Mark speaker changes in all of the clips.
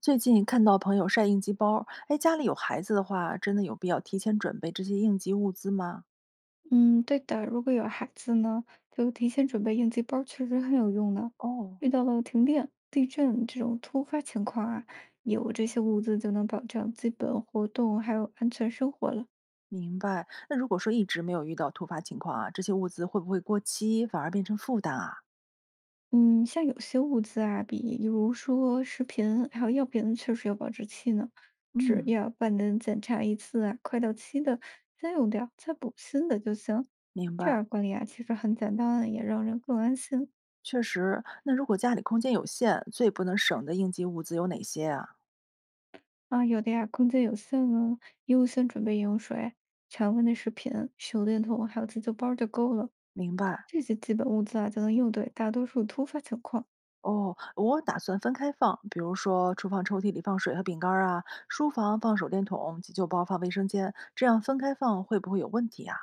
Speaker 1: 最近看到朋友晒应急包。哎，家里有孩子的话，真的有必要提前准备这些应急物资吗？
Speaker 2: 嗯，对的，如果有孩子呢，就提前准备应急包儿确实很有用呢。
Speaker 1: 哦，
Speaker 2: 遇到了停电、地震这种突发情况啊，有这些物资就能保障基本活动还有安全生活了。
Speaker 1: 明白。那如果说一直没有遇到突发情况啊，这些物资会不会过期，反而变成负担啊？
Speaker 2: 嗯，像有些物资啊，比如说食品还有药品，确实有保质期呢，只
Speaker 1: 嗯，
Speaker 2: 要半年检查一次啊，快到期的先用掉，再补新的就行。
Speaker 1: 明
Speaker 2: 这
Speaker 1: 白。
Speaker 2: 样管理啊，其实很简单，也让人更安心。
Speaker 1: 确实，那如果家里空间有限，最不能省的应急物资有哪些啊？
Speaker 2: 啊，有的呀，空间有限呢，优先准备饮用水、常温的食品、手电筒，还有急救包就够了。
Speaker 1: 明白。
Speaker 2: 这些基本物资啊，就能应对大多数突发情况。
Speaker 1: 哦，我打算分开放，比如说厨房抽屉里放水和饼干儿啊，书房放手电筒，急救包放卫生间，这样分开放会不会有问题啊？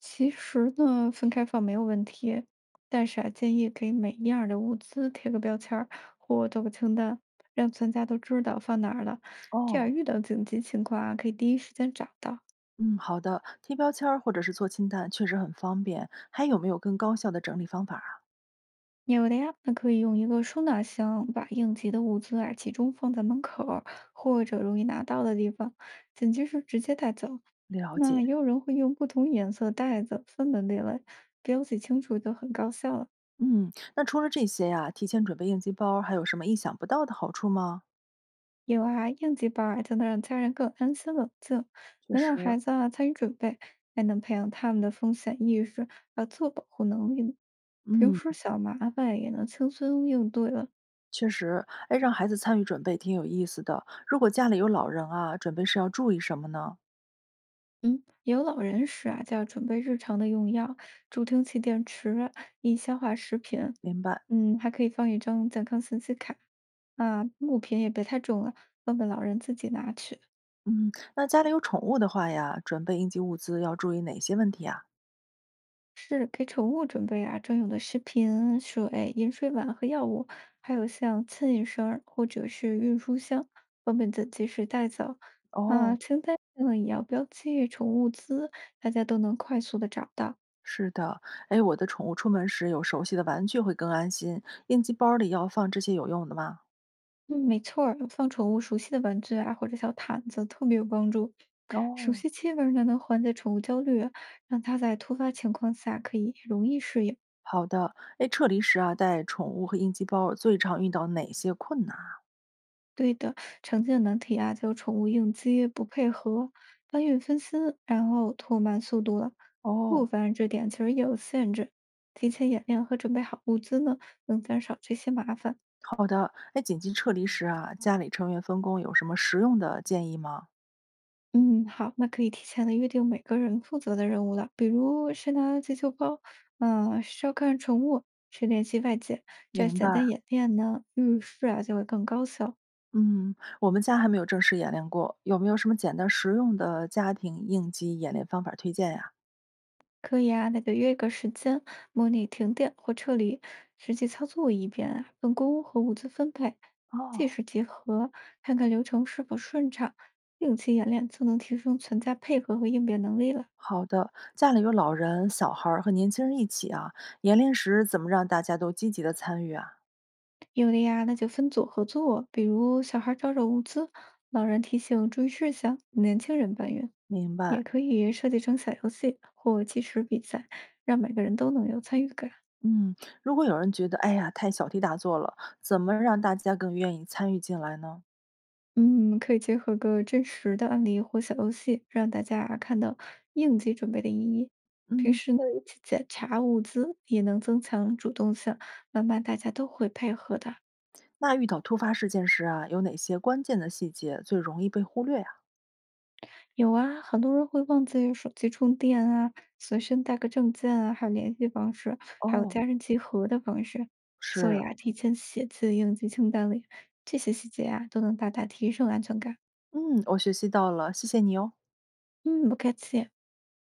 Speaker 2: 其实呢，分开放没有问题，但是啊，建议给每一样儿的物资贴个标签儿或做个清单，让全家都知道放哪儿了，这样
Speaker 1: 哦，
Speaker 2: 遇到紧急情况啊，可以第一时间找到。
Speaker 1: 嗯，好的，贴标签儿或者是做清单确实很方便。还有没有更高效的整理方法啊？
Speaker 2: 有的呀，那可以用一个收纳箱把应急的物资啊集中放在门口儿或者容易拿到的地方，紧急时直接带走。
Speaker 1: 了解。
Speaker 2: 那也有人会用不同颜色袋子分门别类，标记清楚就很高效了。
Speaker 1: 嗯，那除了这些呀、提前准备应急包儿还有什么意想不到的好处吗？
Speaker 2: 有啊，应急包啊就能让家人更安心冷静，
Speaker 1: 确
Speaker 2: 能让
Speaker 1: 实。
Speaker 2: 孩子啊参与准备，还能培养他们的风险意识和自我保护能力呢。平
Speaker 1: 嗯，
Speaker 2: 时小麻烦也能轻松应对了。
Speaker 1: 确实，哎，让孩子参与准备挺有意思的。如果家里有老人啊，准备是要注意什么呢？
Speaker 2: 嗯，有老人时啊，就要准备日常的用药、助听器、电池、易消化食品，
Speaker 1: 明白。
Speaker 2: 嗯，还可以放一张健康信息卡。啊，物品也别太重了，方便老人自己拿取。
Speaker 1: 嗯，那家里有宠物的话呀，准备应急物资要注意哪些问题啊？
Speaker 2: 是给宠物准备啊专用的食品、水、饮水碗和药物，还有像牵引绳儿或者是运输箱，方便的及时带走。
Speaker 1: 哦，
Speaker 2: 啊，清单呢也要标记宠物资，大家都能快速的找到。
Speaker 1: 是的，哎，我的宠物出门时有熟悉的玩具会更安心。应急包里要放这些有用的吗？
Speaker 2: 嗯，没错儿，放宠物熟悉的玩具啊，或者小毯子，特别有帮助。熟
Speaker 1: 哦，
Speaker 2: 悉气味儿呢，能缓解宠物焦虑啊，让它在突发情况下可以容易适应。
Speaker 1: 好的。哎，撤离时啊，带宠物和应急包最常遇到哪些困难啊？
Speaker 2: 对的，常见的难题啊，就有宠物应激、不配合、搬运分心，然后拖慢速度了。
Speaker 1: 哦，
Speaker 2: 不凡这点其实也有限制，提前演练和准备好物资呢，能减少这些麻烦。
Speaker 1: 好的。哎，紧急撤离时啊，家里成员分工有什么实用的建议吗？
Speaker 2: 嗯，好，那可以提前的约定每个人负责的任务了，比如谁拿急救包，嗯、谁照看宠物，谁联系外界，这样
Speaker 1: 明
Speaker 2: 简单
Speaker 1: 白。
Speaker 2: 演练呢，遇事啊就会更高效。
Speaker 1: 嗯，我们家还没有正式演练过，有没有什么简单实用的家庭应急演练方法推荐呀？
Speaker 2: 可以啊，那就约一个时间，模拟停电或撤离，实际操作一遍啊，分工和物资分配，
Speaker 1: 哦，
Speaker 2: 技术结合，看看流程是否顺畅，定期演练就能提升存在配合和应变能力了。
Speaker 1: 好的，家里有老人、小孩儿和年轻人一起啊，演练时怎么让大家都积极的参与啊？
Speaker 2: 有的呀，那就分组合作，比如小孩儿找找物资，老人提醒注意事项，年轻人搬运，
Speaker 1: 明
Speaker 2: 也
Speaker 1: 白。
Speaker 2: 可以设计成小游戏或计时比赛，让每个人都能有参与感。
Speaker 1: 嗯，如果有人觉得哎呀太小题大做了，怎么让大家更愿意参与进来呢？
Speaker 2: 嗯，可以结合个真实的案例或小游戏，让大家看到应急准备的意义。平
Speaker 1: 嗯，
Speaker 2: 时呢，一起检查物资，也能增强主动性，慢慢大家都会配合的。
Speaker 1: 那遇到突发事件时啊，有哪些关键的细节最容易被忽略啊？
Speaker 2: 有啊，很多人会忘记手机充电啊，随身带个证件啊，还有联系方式，还有
Speaker 1: 哦，
Speaker 2: 家人集合的方式，所以
Speaker 1: 是，
Speaker 2: 啊，提前写进应急清单里，这些细节啊，都能大大提升安全感。
Speaker 1: 嗯，我学习到了，谢谢你哦。
Speaker 2: 嗯，不客气。